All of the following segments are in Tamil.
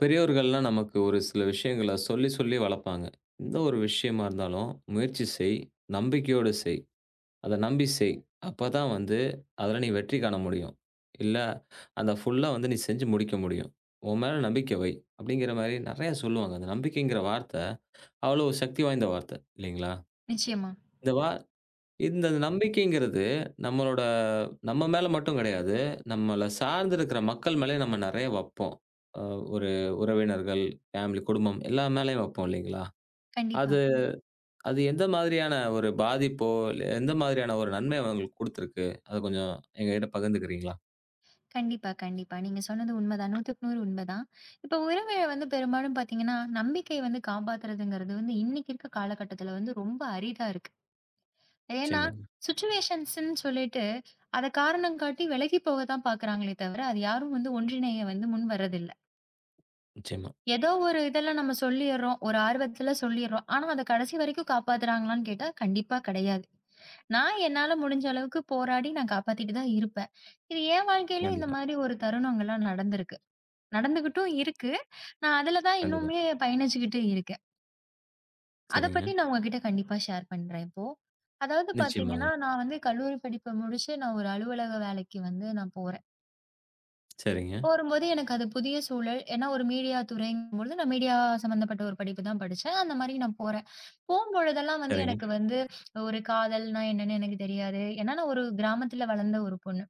பெரியோர்கள்லாம் நமக்கு ஒரு சில விஷயங்கள சொல்லி, சொல்லி வளர்ப்பாங்க. எந்த ஒரு விஷயமா இருந்தாலும், முயற்சி செய், நம்பிக்கையோடு செய், அத நம்பி செய். அப்பதான் வந்து அதுல நீ வெற்றி காண முடியும். இல்ல அத ஃபுல்லா வந்து நீ செஞ்சு முடிக்க முடியும். உன் மேல நம்பிக்கை வை. அப்படிங்கிற மாரி நெறைய சொல்லுவாங்க. அந்த நம்பிக்கைங்கிற வார்த்த, அவ்வளோ சக்தி வாய்ந்த வார்த்த. இல்லைங்களா? நிச்சயமா. இந்த வா இந்த நம்பிக்கைங்கிறது நம்மளோட நம்ம மேல மட்டும் கிடையாது. நம்மள சார்ந்து இருக்கிற மக்கள் மேலயும் நம்ம நெறைய வப்போம். அ ஒரு உறவினர்கள், ஃபேமிலி, குடும்பம் எல்லா மேலயும் வப்போம் இல்லைங்களா? கண்டிப்பா, அது அது எந்த மாதிரியான ஒரு பாதிப்போ, இல்ல எந்த மாதிரியான ஒரு நன்மை உங்களுக்கு குடுத்துருக்கு? அத கொஞ்சம் எங்ககிட்ட பகிர்ந்துக்கிறீங்களா? கண்டிப்பா, கண்டிப்பா. நீங்க சொன்னது உண்மதான். 100க்கு 100 உண்மதான். இப்ப உறவுகள வந்து பெரும்பாலும் பார்த்தீங்கன்னா, நம்பிக்கை வந்து காப்பாத்துறதுங்கிறது வந்து இன்னைக்கு இருக்க காலகட்டத்துல வந்து ரொம்ப அரிதா இருக்கு. ஏன்னா, நிச்சயமாங்க, சிச்சுவேஷன்ஸ்ன்னு சொல்லிட்டு, அத காரணம் காட்டி விலகி போக தான் பார்க்குறாங்களே தவிர, அது யாரும் வந்து ஒன்றிணைய வந்து முன் வர்றதில்ல. நிச்சயமா. ஏதோ ஒரு இதெல்ல நம்ம சொல்லிர்றோம். ஒரு ஆர்வத்துல சொல்லிர்றோம். ஆனா அத கடைசி வரைக்கும் காப்பாத்துறாங்களான்னு கேட்டா, கண்டிப்பா கெடையாது. நான் என்னால முடிஞ்ச அளவுக்கு போராடி நான் காப்பாத்திட்டு தான் இருப்பேன். இது என் வாழ்க்கையிலும் இந்த கண்டிப்பா, மாரி ஒரு தருணங்கள்லாம் நடந்திருக்கு. நடந்துகிட்டும் இருக்கு. நான் அதுல தான் கண்டிப்பா. இன்னுமே பயணிச்சுக்கிட்டு இருக்கேன். அத பத்தி சரிங்க. நான் உங்ககிட்ட கண்டிப்பா ஷேர் பண்றேன் இப்போ. அதாவது பாத்தீங்கன்னா, நிச்சயமாங்க. நான் வந்து கல்லூரி படிப்ப முடிச்சு நான் ஒரு அலுவலக வேலைக்கு வந்து நான் போறேன். சரிங்க, போரும்போது எனக்கு அது புதிய சூழல். ஏன்னா ஒரு மீடியா துறைங்கும்பொழுது, நான் மீடியா சம்மந்தப்பட்ட ஒரு படிப்பு தான் படிச்சேன். அந்த மாரி நான் போறேன். போம்பொழுதெல்லாம் வந்து சரிங்க. எனக்கு வந்து ஒரு காதல்னா என்னன்னு எனக்கு தெரியாது. ஏன்னா நான் ஒரு கிராமத்துல வளர்ந்த ஒரு பொண்ணு.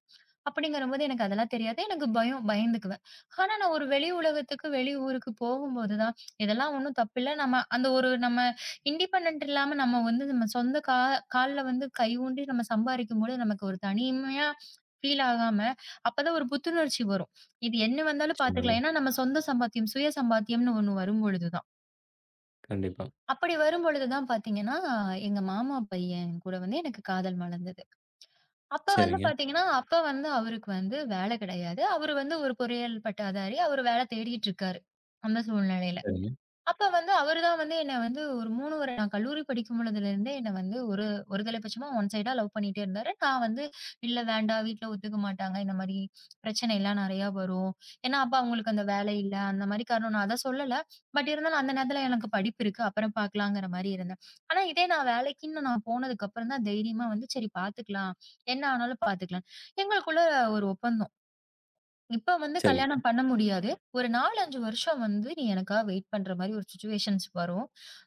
அப்படிங்கிறபோது எனக்கு அதெல்லாம் தெரியாது. எனக்கு பயம் பயந்துக்குவேன். ஆனா, நான் ஒரு வெளி உலகத்துக்கு, வெளி ஊருக்கு போகும்போது தான், இதெல்லாம் ஒண்ணும் தப்பில்ல. நம்ம அந்த ஒரு நம்ம இண்டிபெண்டன்ட் இல்லாம நம்ம வந்து நம்ம சொந்த கால்ல வந்து கை ஊன்றி நம்ம சம்பாரிக்கும்போது நமக்கு ஒரு தனிமையா ஃபீல் ஆகாம, அப்பதான் ஒரு புத்துணர்ச்சி வரும். இது என்ன வந்தாலும் நிச்சயமாங்க. பார்த்துக்கலாம். ஏன்னா நம்ம சொந்த சம்பாத்தியம், சுய சம்பாத்தியம்ன்னு ஒண்ணு வரும்பொழுது தான். கண்டிப்பா. அப்படி வரும்பொழுது தான் பார்த்தீங்கன்னா, எங்க மாமா பையன் கூட வந்து எனக்கு காதல் மலர்ந்தது. அப்ப வந்து சரிங்க, பாத்தீங்கன்னா, அப்ப வந்து அவருக்கு வந்து வேலை கிடையாது. அவரு வந்து ஒரு பொறியியல் பட்டதாரி. அவரு வேலை தேடிட்டு இருக்காரு, அந்த சூழ்நிலையில. சரிங்க, அப்ப வந்து அவரு தான் வந்து என்ன வந்து ஒரு 3 நான் கல்லூரி படிக்கும் பொழுதுலருந்தே என்ன வந்து ஒரு ஒரு தலைப்பட்சமா ஒன் சைடா லவ் பண்ணிட்டே இருந்தாரு. நான் வந்து இல்ல வேண்டாம் வீட்ல ஒத்துக்க மாட்டாங்க. இந்த மாரி பிரச்சனைலாம் நெறையா வரும். ஏன்னா, அப்ப அவங்களுக்கு அந்த வேலை இல்ல. அந்த மாரி காரணம் நான் அத சொல்லல. பட் இருந்தாலும் அந்த நேரத்துல எனக்கு படிப்பு இருக்கு. அப்புறம் பார்க்கலாங்கிற மாரி இருந்தேன். ஆனா, இதே நான் வேலைக்குன்னு நான் போனதுக்கு அப்புறம் தான் தைரியமா வந்து சரி பார்த்துக்கலாம். என்ன ஆனாலும் பார்த்துக்கலாம். எங்களுக்குள்ள ஒரு ஒப்பந்தம். இப்ப வந்து சரிங்க. கல்யாணம் பண்ண முடியாது. ஒரு 4, 5 வருஷம் வந்து நீ எனக்காக வெயிட் பண்ற மாரி ஒரு சிச்சுவேஷன்ஸ் வரும்.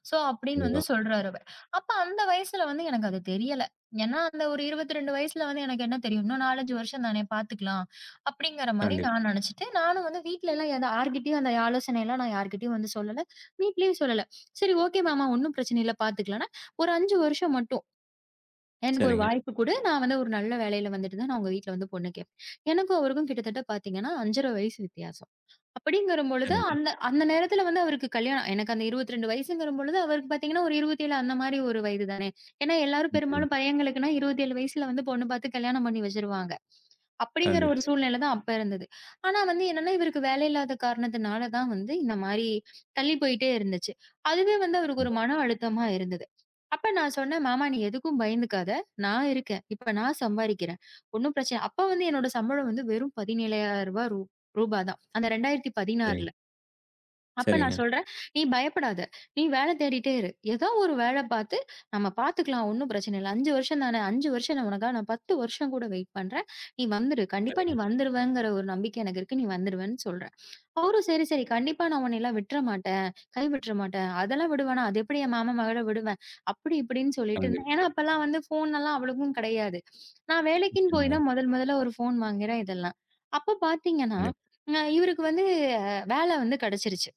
ஸோ, அப்படின்னு வந்து கண்டிப்பா, சொல்றாரு அவர். அப்ப அந்த வயசுல வந்து எனக்கு அது தெரியல. ஏன்னா அந்த ஒரு 22 வயசுல வந்து எனக்கு என்ன தெரியும்? இன்னும் 4, 5 வருஷம் தானே பார்த்துக்கலாம். அப்படிங்கிற மாரி கண்டிப்பா. நான் நினைச்சுட்டு, நானும் வந்து வீட்லலாம் எத யார்கிட்டயும் அந்த ஆலோசனைலாம் நான் யார்கிட்டயும் வந்து சொல்லல. வீட்லயும் சொல்லல. சரி ஓகே மாமா ஒண்ணும் பிரச்சனை இல்ல பார்த்துக்கலாம்ன்னா, ஒரு 5 வருஷம் மட்டும். எனக்கு ஒரு சரிங்க, வாய்ப்பு குடு. நான் வந்து ஒரு நல்ல வேலையில வந்துட்டு தான் நான் உங்க வீட்ல வந்து பொண்ணு கேட்பேன். எனக்கும் அவருக்கும் கிட்டத்தட்ட பார்த்தீங்கன்னா 5 1/2 வயசு வித்தியாசம். அப்படிங்கிற பொழுது, சரிங்க. அந்த அந்த நேரத்துல வந்து அவருக்கு கல்யாணம் எனக்கு அந்த 22 வயசுங்கிற பொழுது, அவருக்கு பார்த்தீங்கன்னா ஒரு 27 அந்த மாரி ஒரு வயது தானே. ஏன்னா எல்லாரும் நிச்சயமா. பெரும்பாலும் பையங்களுக்குன்னா 27 வயசுல வந்து பொண்ணு பார்த்து கல்யாணம் பண்ணி வச்சுருவாங்க. அப்படிங்கிற கண்டிப்பா. ஒரு சூழ்நிலை தான் அப்ப இருந்தது. ஆனா வந்து என்னன்னா, இவருக்கு வேலை இல்லாத காரணத்தினால தான் வந்து இந்த மாரி தள்ளி போயிட்டே இருந்துச்சு. அதுவே வந்து அவருக்கு ஒரு மன அழுத்தமா இருந்தது. அப்ப நான் சொன்னேன், "மாமா நீ எதுக்கும் பயந்துக்காத. நான் இருக்கேன். இப்ப நான் சம்பாரிக்கிறேன். ஒண்ணும் பிரச்சனை" அப்ப வந்து என்னோட சம்பளம் வந்து வெறும் ரூ. 17,000 ரூபா தான். அந்த 2016ல. சரிங்க, அப்ப சரிங்க, நான் சொல்றேன், "நீ பயப்படாத. நீ வேலை தேடிட்டே இரு. ஏதோ ஒரு வேலை பார்த்து நம்ம பார்த்துக்கலாம். ஒண்ணும் பிரச்சனை இல்ல. 5 வருஷம் தானே. 5 வருஷம் நான் உனக்காக நான் 10 வருஷம் கூட வெயிட் பண்றேன். நீ வந்துரு. கண்டிப்பா நீ சரிங்க. வந்துருவங்கிற ஒரு நம்பிக்கை எனக்கு இருக்கு. நீ வந்துருவேன்னு" சொல்றேன். அவரும் சரி, சரி. கண்டிப்பா நான் உன்னையெல்லாம் விட்ற மாட்டேன். கைவிட்ற மாட்டேன். அதெல்லாம் விடுவேனா? அது எப்படி என் மாமன் மகள விடுவேன்? அப்படி இப்படின்னு சொல்லிட்டு இருந்தேன். கண்டிப்பா. ஏன்னா, அப்பலாம் வந்து ஃபோன்லாம் அவளுக்கும் கிடையாது. நான் வேலைக்குன்னு போய் நிச்சயமாங்க. தான் முதல் முதல்ல ஒரு ஃபோன் வாங்குறேன் இதெல்லாம். அப்ப பார்த்தீங்கன்னா, கண்டிப்பா. இவருக்கு வந்து வேல வந்து கிடைச்சிருச்சு.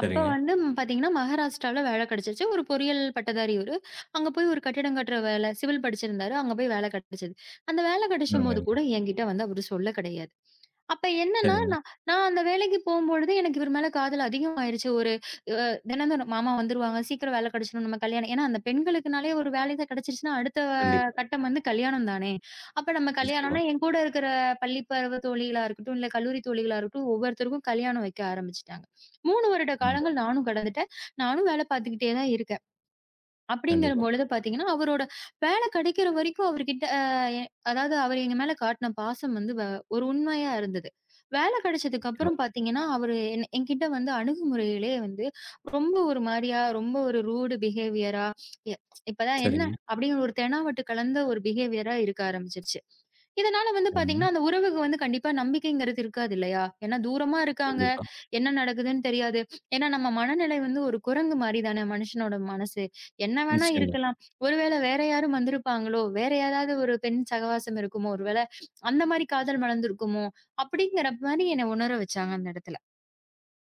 அப்ப சரிங்க. வந்து ம், பாத்தீங்கன்னா, மகாராஷ்டிரால வேலை கிடைச்சுச்சு. ஒரு பொறியியல் பட்டதாரி இவரு. அங்க போய் ஒரு கட்டிடம் கட்டுற வேலை சிவில் படிச்சிருந்தாரு. அங்க போய் வேலை கிடைச்சது. அந்த வேலை கிடைச்சபோது அருமைங்க. கூட என்கிட்ட வந்து அவரு சொல்ல கிடையாது. அப்ப என்னன்னா, சரிங்க. நான் நான் அந்த வேலைக்கு போம்பொழுது எனக்கு இவர் மேல காதல் அதிகமாயிருச்சு. ஒரு அ தினம் தினம் மாமா வந்துருவாங்க. சீக்கிரம் வேலை கிடைச்சிரும். நம்ம கல்யாணம் ஏன்னா அந்த பெண்களுக்குனாலே ஒரு வேலை கிடைச்சிருச்சுன்னா, அடுத்த கண்டிப்பா. கட்டம் வந்து கல்யாணம் தானே. அப்ப நம்ம நிச்சயமா. கல்யாணம்னா என் கூட இருக்கிற பள்ளி பருவ தோழிகளா இருக்கட்டும், இல்ல கல்லூரி தோழிகளா இருக்கட்டும், ஒவ்வொருத்தருக்கும் கல்யாணம் வைக்க ஆரம்பிச்சுட்டாங்க. 3 வருட கண்டிப்பா, காலங்கள் நானும் கடந்துட்டேன். நானும் வேலை பார்த்துக்கிட்டே தான் இருக்கேன். கண்டிப்பா. அப்படிங்கிறம்பொழுது பார்த்தீங்கன்னா, அவரோட வேலை கிடைக்கிற வரைக்கும் அவருகிட்ட அ எ அதாவது அவரு எங்க மேல காட்டுன பாசம் வந்து ஒரு உண்மையா இருந்தது. வேலை கிடைச்சதுக்கு நிச்சயமா. அப்புறம் பார்த்தீங்கன்னா, அவரு என்கிட்ட வந்து அணுகுமுறையிலே வந்து ரொம்ப ஒரு மாரியா, ரொம்ப ஒரு ரூடு பிஹேவியரா, எ இப்பதான் என்ன சரிங்க, அப்படின்னு ஒரு தெனாவட்டு கலந்த ஒரு பிஹேவியரா இருக்க ஆரம்பிச்சுருச்சு. இதனால வந்து சரிங்க. பார்த்தீங்கன்னா, அந்த உறவுக்கு வந்து கண்டிப்பா நம்பிக்கைங்கிறது இருக்காது இல்லையா? ஏன்னா தூரமா இருக்காங்க, கண்டிப்பா. என்ன நடக்குதுன்னு தெரியாது. ஏன்னா நம்ம மனநிலை வந்து ஒரு குரங்கு மாரி தானே மனுஷனோட மனசு. என்ன வேணா நிச்சயமா. இருக்கலாம். ஒருவேளை வேற யாரும் வந்திருப்பாங்களோ! வேற யாராவது ஒரு பெண் சகவாசம் இருக்குமோ! ஒருவேளை அந்த மாரி காதல் மலர்ந்திருக்குமோ! அப்படிங்கிற மாரி என்ன உணர வச்சாங்க அந்த இடத்துல.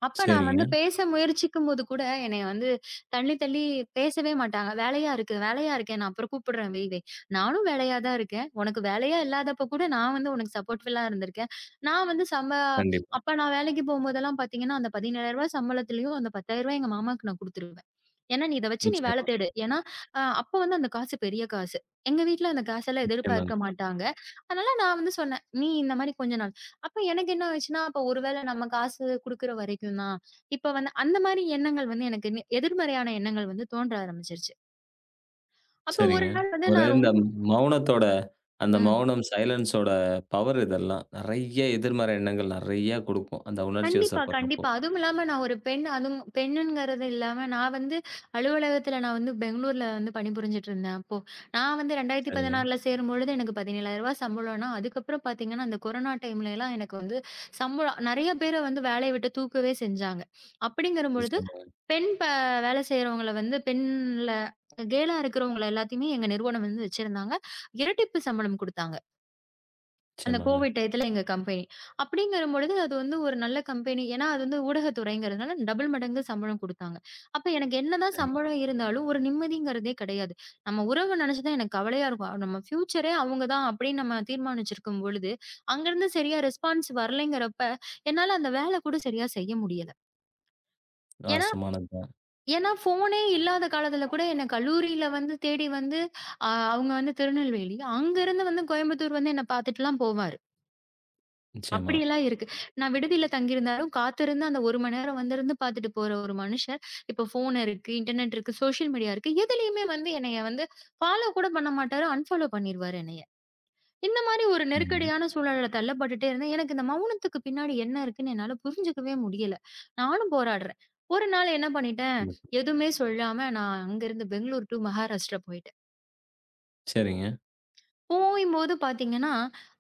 அப்ப நான் வந்து சரிங்க. பேச முயற்சிக்கும்போது கூட என்னைய வந்து தள்ளி, தள்ளி பேசவே மாட்டாங்க. வேலையா இருக்கு, வேலையா இருக்கேன். நான் அப்புறம் கூப்பிடுறேன் வை, வை. நானும் வேலையா தான் இருக்கேன். உனக்கு வேலையா இல்லாதப்ப கூட நான் வந்து உனக்கு சப்போர்ட்டிவ்லா இருந்திருக்கேன். நான் வந்து கண்டிப்பா. அப்ப நான் வேலைக்கு போம்போதெல்லாம் பார்த்தீங்கன்னா, அந்த ரூ. 17,000 சம்பளத்திலயும் அந்த ரூ. 10,000 எங்க மாமாவுக்கு நான் குடுத்துருவேன். ஏன்னா, "நீ இத வச்சு நீ வேல நிச்சயமா, தேடு." ஏன்னா, அப்ப வந்து அந்த காசு பெரிய காசு. எங்க வீட்ல அந்த காசெல்லாம் நிச்சயமாங்க. எதிர்பார்க்க மாட்டாங்க. அதனால நான் வந்து சொன்னேன், "நீ இந்த மாரி கொஞ்ச நாள்." அப்ப எனக்கு என்ன ஆச்சுன்னா, அப்ப ஒரு வேள நம்ம காசு குடுக்குற வரைக்கும் தான். இப்ப வந்து அந்த மாரி எண்ணங்கள் வந்து எனக்கு எதிர்மறையான எண்ணங்கள் வந்து தோன்ற ஆரம்பிச்சுருச்சு. அப்ப ஒரு சரிங்க. நாள் வந்து ஒரு நான் இந்த மௌனத்தோட அந்த ம். மௌனம், சைலன்ஸோட பவர் இதெல்லாம். நெறைய எதிர்மறை எண்ணங்கள் நெறைய குடுக்கும். அந்த உணர்ச்சி கண்டிப்பா, வசப்படுறப்போ. கண்டிப்பா. அதுவும் இல்லாம நான் ஒரு பெண். அதுவும் பெண்ணுங்கிறது இல்லாம நான் வந்து அலுவலகத்தில நான் வந்து பெங்களூர்ல வந்து பணிபுரிஞ்சுட்டு இருந்தேன் அப்போ. நான் வந்து சரிங்க. 2016ல சேரும்பொழுது எனக்கு ரூ. 17,000 சம்பளம்னா, அதுக்கப்புறம் பார்த்தீங்கன்னா, அந்த கொரோனா டைம்லலாம் எனக்கு வந்து சம்பளம் நெறைய பேர வந்து வேலைய விட்டு தூக்கவே செஞ்சாங்க. அப்படிங்கிற பொழுது, நிச்சயமாங்க, பெண் ப வேலை செய்றவங்கள வந்து பெண்ல கேலா இருக்கிறவங்கள எல்லாத்தையுமே எங்க நிறுவனம் வந்து வச்சிருந்தாங்க. இரட்டிப்பு சம்பளம் குடுத்தாங்க. அந்த நிச்சயமாங்க. கோவிட் டயத்துல எங்க கம்பெனி. அப்படிங்கிறம்பொழுது அது வந்து ஒரு நல்ல கம்பெனி. ஏன்னா, அது வந்து ஊடகத்துறைங்கிறதுனால டபுள் மடங்கு சம்பளம் குடுத்தாங்க. அப்ப எனக்கு என்னதான் சரிங்க. சம்பளம் இருந்தாலும், ஒரு நிம்மதிங்கிறதே கிடையாது. நம்ம உறவு நெனச்சு தான் எனக்கு கவலையா இருக்கும். நம்ம ஃப்யூச்சரே அவங்க தான் அப்படின்னு நம்ம தீர்மானிச்சிருக்கும் பொழுது, அங்கருந்து சரியா ரெஸ்பான்ஸ் வரலைங்கிறப்ப, என்னால அந்த வேல கூட சரியா செய்ய முடியல. ஏன்னா வாஸ்தவமானது தான். ஏன்னா ஃபோனே இல்லாத காலத்துல கூட என்ன கல்லூரியில வந்து தேடி வந்து, அ அவங்க வந்து திருநெல்வேலி. அங்கருந்து வந்து கோயம்புத்தூர் வந்து என்ன பாத்துட்டுலாம் போவாரு. நிச்சயமா. அப்படியெல்லாம் இருக்கு. நான் விடுதியில தங்கியிருந்தாலும், காத்திருந்து அந்த 1 மணி நேரம் வந்திருந்து பார்த்துட்டு போற ஒரு மனுஷன், இப்ப ஃபோன் இருக்கு, இன்டர்நெட் இருக்கு, சோஷியல் மீடியா இருக்கு. எதுலயுமே வந்து என்னைய வந்து ஃபாலோ கூட பண்ண மாட்டாரு. அன்ஃபாலோ பண்ணிருவாரு என்னைய. இந்த மாரி ஒரு சரிங்க. நெருக்கடியான சூழல்ல தள்ளப்பட்டுட்டே இருந்தேன். எனக்கு இந்த மௌனத்துக்கு பின்னாடி என்ன இருக்குன்னு என்னால புரிஞ்சுக்கவே முடியல. நானும் போராடுறேன். ஒரு நாள் என்ன பண்ணிட்டேன், எதுவுமே சொல்லாம நான் அங்கருந்து பெங்களூர் டூ மகாராஷ்டிரா போயிட்டேன். சரிங்க, போயும்போது பார்த்தீங்கன்னா,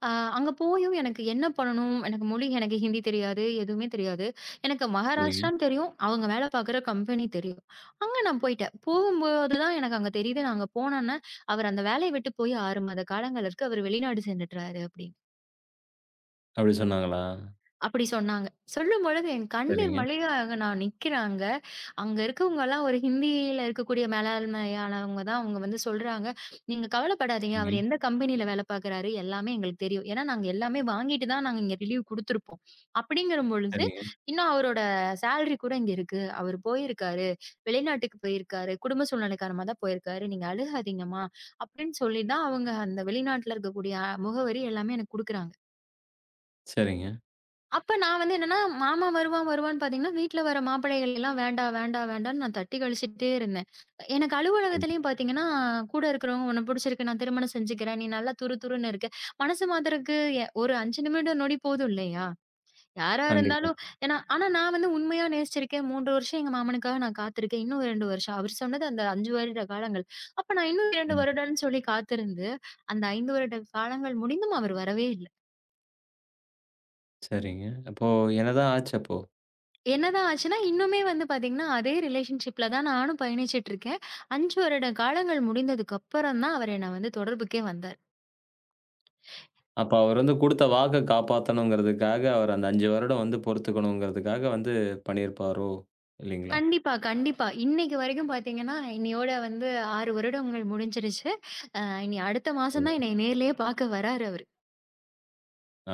அ அங்க போயும் எனக்கு என்ன பண்ணணும்? எனக்கு மொழி எனக்கு ஹிந்தி தெரியாது. எதுவுமே தெரியாது. எனக்கு சரிங்க. மகாராஷ்டிரான்னு தெரியும். அவங்க வேலை பார்க்குற கம்பெனி தெரியும். அங்க நான் போயிட்டேன். போகும்போது தான் எனக்கு அங்க தெரியுது. நான் அங்க போனோன்ன, அவர் அந்த வேலைய விட்டு போய் 6 மாத காலங்களுக்கு அவரு வெளிநாடு சென்றுட்டாரு அப்படின்னு. அப்படி சொன்னாங்களா? அப்படி சொன்னாங்க. சொல்லும்பொழுது என் கண்ணீர் சரிங்க, மல்கையாக நான் நிக்கிறேன் அங்க. அங்க இருக்கவங்கலாம் ஒரு ஹிந்தியில இருக்கக்கூடிய மேலாண்மையானவங்க தான் அவங்க வந்து சொல்றாங்க, "நீங்க கவலைப்படாதீங்க. அவரு சரிங்க, எந்த கம்பெனியில வேலை பார்க்குறாரு, எல்லாமே எங்களுக்கு தெரியும். ஏன்னா நாங்க எல்லாமே வாங்கிட்டு தான் நாங்க இங்க ரிலீவ் குடுத்துருப்போம். அப்படிங்கிற பொழுது, சரிங்க, இன்னும் அவரோட சேலரி கூட இங்க இருக்கு. அவரு போயிருக்காரு. வெளிநாட்டுக்கு போயிருக்காரு. குடும்ப சூழ்நிலை காரணமா தான் போயிருக்காரு. நீங்க அழுகாதீங்கம்மா." அப்படின்னு சொல்லி தான் அவங்க அந்த வெளிநாட்டுல இருக்கக்கூடிய முகவரி எல்லாமே எனக்கு குடுக்குறாங்க. சரிங்க. அப்ப நான் வந்து என்னன்னா, மாமா வருவான் வருவான்னு பார்த்தீங்கன்னா, வீட்ல வர மாப்பிள்ளைகள் எல்லாம் வேண்டாம், வேண்டாம், வேண்டான்னு நான் தட்டி கழிச்சுட்டே இருந்தேன். எனக்கு ம். அலுவலகத்திலயும் பார்த்தீங்கன்னா, கூட இருக்கிறவங்க "உன்ன பிடிச்சிருக்கு, நான் திருமணம் செஞ்சுக்கிறேன். நீ நல்லா துரு துருன்னு இருக்க." மனசு மாத்துறதுக்கு ஒரு 5 நிமிடம் நொடி போதும் இல்லையா? யாரா கண்டிப்பா, இருந்தாலும் ஏன்னா ஆனா நான் வந்து உண்மையா நேசிச்சிருக்கேன். 3 வருஷம் எங்க மாமனுக்காக நான் காத்திருக்கேன். இன்னும் 2 வருஷம். அவர் சொன்னது அந்த 5 வருட காலங்கள். அப்ப நான் இன்னும் 2 கண்டிப்பா. வருடம்ன்னு சொல்லி காத்திருந்து, அந்த 5 வருட காலங்கள் முடிந்தும் அவர் வரவே இல்ல. சரிங்க. அப்போ என்னதான் ஆச்சு அப்போ? என்னதான் ஆச்சுன்னா, இன்னுமே வந்து பாத்தீங்கன்னா, அதே ரிலேஷன்ஷிப்ல தான் நானும் பயணிச்சுட்டு இருக்கேன். 5 வருட காலங்கள் முடிந்ததுக்கு அப்புறம் தான் அவர் என்ன வந்து தொடர்புக்கே வந்தார். அப்ப அவர் வந்து குடுத்த வாக்க காப்பாத்தணுங்கிறதுக்காக, அவர் அந்த 5 வருடம் வந்து பொறுத்துக்கணுங்கிறதுக்காக வந்து பண்ணியிருப்பாரோ! இல்லீங்களா? கண்டிப்பா, கண்டிப்பா. இன்னைக்கு வரைக்கும் பாத்தீங்கன்னா, இன்னையோட வந்து 6 வருடங்கள் முடிஞ்சிருச்சு. அ இனி அடுத்த மாசம் தான் சரிங்க. என்னைய நேர்லயே பாக்க வராரு அவரு.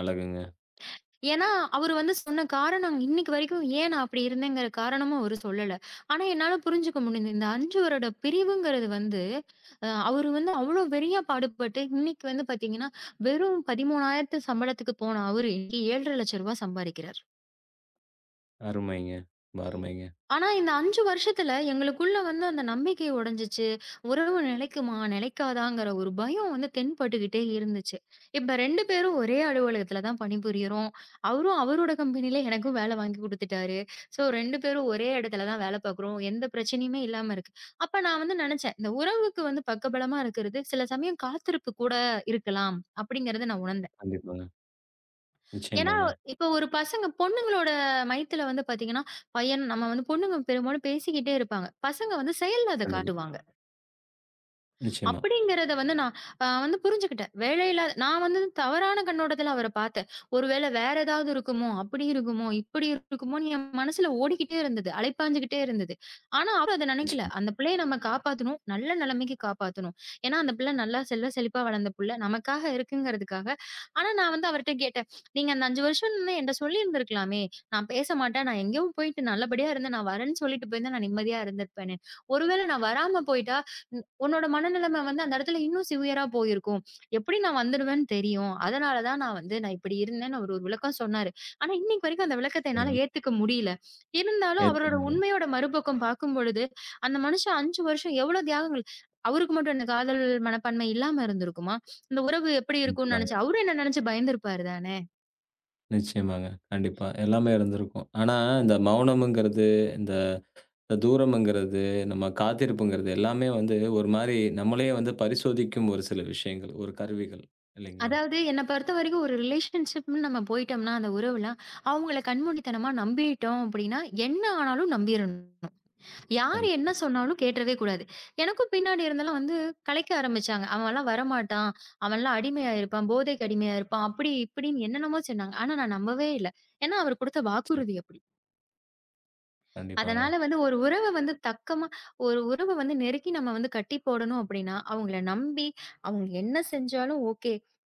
அழகுங்க. ஏன்னா, அவரு வந்து சொன்ன காரணம் இன்னைக்கு வரைக்கும் ஏன் நான் அப்படி இருந்தேங்கிற காரணமும் அவரு சொல்லல. ஆனா, என்னால புரிஞ்சுக்க முடிஞ்சது. இந்த 5 வருட பிரிவுங்கிறது வந்து, அவரு வந்து அவ்ளோ வெறியா பாடுபட்டு, இன்னைக்கு வந்து பாத்தீங்கன்னா, வெறும் 13,000 சம்பளத்துக்கு போன அவரு, இன்னைக்கு ரூ. 7,50,000 சம்பாரிக்கிறார். அருமைங்க. ரொம்ப அருமைங்க. ஆனா, இந்த 5 வருஷத்துல எங்களுக்குள்ள வந்து அந்த நம்பிக்கை உடைஞ்சுச்சு. உறவு நிலைக்குமா? நிலைக்காதாங்கிற ஒரு பயம் வந்து தென்பட்டுக்கிட்டே இருந்துச்சு. இப்ப 2 பேரும் ஒரே அலுவலகத்துல தான் பணிபுரியிறோம். அவரும் அவரோட கம்பெனில எனக்கும் வேலை வாங்கி குடுத்துட்டாரு. ஸோ 2 பேரும் ஒரே இடத்துல தான் வேலை பார்க்குறோம். எந்த பிரச்சனையுமே இல்லாம இருக்கு. அப்ப நான் வந்து நினைச்சேன், இந்த உறவுக்கு வந்து பக்கபலமா இருக்கிறது சில சமயம் காத்திருப்பு கூட இருக்கலாம். அப்படிங்கிறத நான் உணர்ந்தேன். கண்டிப்பாங்க. ஏன்னா, நிச்சயமாங்க. இப்ப ஒரு பசங்க பொண்ணுங்களோட மையத்துல வந்து பாத்தீங்கன்னா, பையன் நம்ம வந்து பொண்ணுங்க பெரும்பாலும் பேசிக்கிட்டே இருப்பாங்க. பசங்க வந்து செயல்ல அத கண்டிப்பா. காட்டுவாங்க. நிச்சயமா, அப்படிங்கிறத வந்து நான் வந்து புரிஞ்சுக்கிட்டேன். வேலையில்லாத நான் வந்து தவறான கண்ணோட்டத்துல அவர பார்த்தேன். ஒருவேள வேற ஏதாவது இருக்குமோ? அப்படி இருக்குமோ? இப்படி இருக்குமோன்னு என் மனசுல ஓடிக்கிட்டே இருந்தது. அலைப்பாஞ்சுகிட்டே இருந்தது. ஆனா, அவரு அத நினைக்கல. நிச்சயமா. அந்த பிள்ளைய நம்ம காப்பாத்தணும். நல்ல நிலைமைக்கு காப்பாத்தணும். ஏன்னா, அந்த பிள்ளை நல்லா செல்வ செழிப்பா வளர்ந்த புள்ள. நமக்காக இருக்குங்கிறதுக்காக. ஆனா, நான் வந்து அவர்ட்ட கேட்டேன். "நீங்க அந்த 5 வருஷம்ன்னு என்ட்ட சொல்லியிருந்திருக்கலாமே! நான் பேச மாட்டேன். நான் எங்கேயோ போயிட்டு நல்லபடியா இருந்தேன். நான் வரேன்னு சொல்லிட்டு போயிருந்தா, நான் நிம்மதியா இருந்திருப்பேன்னு. ஒருவேள நான் வராம போயிட்டா? உன்னோட மனநிலைமை வந்து அந்த இடத்துல இன்னும் சிவியரா போயிருக்கும். எப்படி நான் வந்துடுவேன்னு தெரியும். அதனால தான் நான் வந்து நான் இப்படி இருந்தேன்னு அவரு ஒரு விளக்கம் சொன்னாரு. ஆனா, இன்னைக்கு வரைக்கும் அந்த விளக்கத்த என்னால சரிங்க. ஏத்துக்க முடியல. இருந்தாலும் அவரோட ஏத்துக்கங்க. உண்மையோட மறுபக்கம் பார்க்கும்பொழுது, அந்த மனுஷன் 5 வருஷம் எவ்வளோ தியாகங்கள் அவருக்கு மட்டும் என்ன காதல் மனப்பான்மை இல்லாம இருந்திருக்குமா? இந்த உறவு எப்படி இருக்கும்னு கண்டிப்பாங்க. நினைச்சு அவரு என்ன நினைச்சு பயந்திருப்பாரு தானே! நிச்சயமாங்க. கண்டிப்பா. எல்லாமே இருந்திருக்கும். ஆனா, இந்த மௌனம்ங்கிறது இந்த இந்த தூரம்ங்கிறது, நம்ம காத்திருப்புங்கிறது எல்லாமே வந்து ஒரு மாரி நம்மளயே வந்து பரிசோதிக்கும் ஒரு சில விஷயங்கள், ஒரு கருவிகள் இல்லைங்களா? அதாவது என்ன பொறுத்தவரைக்கும் ஒரு ரிலேஷன்ஷிப்ன்னு நம்ம போயிட்டோம்னா, அந்த உறவுலாம் அவங்கள கண்மூடித்தனமா நம்பிட்டோம் அப்படின்னா, என்ன ஆனாலும் நம்பிரணும். யாரு என்ன கண்டிப்பா. சொன்னாலும் கேட்டுறவே கூடாது. எனக்கும் பின்னாடி இருந்தெல்லாம் வந்து கலைக்க ஆரம்பிச்சாங்க. "அவன்லாம் வரமாட்டான். அவன்லாம் அடிமையா இருப்பான். போதைக்கு அடிமையா இருப்பான்." அப்படி இப்படின்னு என்னென்னமோ சொன்னாங்க. ஆனா நான் நம்பவே இல்ல. ஏன்னா அவர் குடுத்த நிச்சயமா. வாக்குறுதி அப்படி. கண்டிப்பாங்க. அதனால வந்து ஒரு உறவ வந்து தக்கமா ஒரு உறவ வந்து நெருக்கி நம்ம வந்து கட்டி போடணும் அப்படின்னா, அவங்கள நம்பி அவங்க என்ன செஞ்சாலும் ஓகே.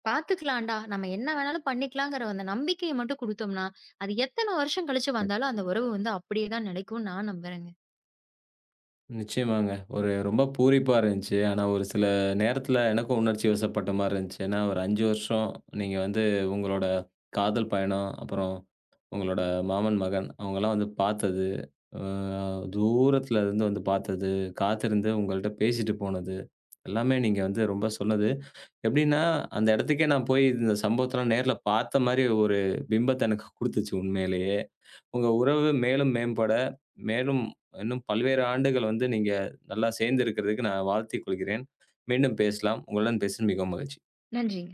பாத்துக்கலாம்டா. நம்ம என்ன வேணாலும் பண்ணிக்கலாங்கிற அந்த நம்பிக்கைய மட்டும் குடுத்தோம்னா, அது எத்தன வருஷம் கழிச்சு வந்தாலும் அந்த உறவு வந்து அப்படியே தான் நிலைக்கும்னு நான் நம்புறேங்க. நிச்சயமாங்க. ஒரு ரொம்ப பூரிப்பா இருந்துச்சு. ஆனா ஒரு சில நேரத்தில எனக்கும் உணர்ச்சி வசப்பட்ட மாரி இருந்துச்சு. ஏன்னா ஒரு 5 வருஷம் நீங்க வந்து உங்களோட காதல் பயணம், அப்புறம் உங்களோட மாமன் மகன் அவங்கலாம் வந்து பார்த்தது, அ தூரத்தில இருந்து வந்து பார்த்தது, காத்திருந்து உங்கள்ட்ட பேசிட்டு போனது, எல்லாமே நீங்க வந்து ரொம்ப சொன்னது எப்படின்னா, அந்த இடத்துக்கே நான் போய் இந்த சம்பவத்தலாம் நேர்ல பார்த்த மாரி ஒரு பிம்பத்த எனக்கு குடுத்துச்சு உண்மையிலேயே. உங்க உறவு மேலும் மேம்பட, மேலும் இன்னும் பல்வேறு ஆண்டுகள் வந்து நீங்க நல்லா சேர்ந்து இருக்கிறதுக்கு நான் வாழ்த்திக் கொள்கிறேன். மீண்டும் பேசலாம். உங்களுடன் பேசியது மிகவும் மகிழ்ச்சி. நன்றிங்க.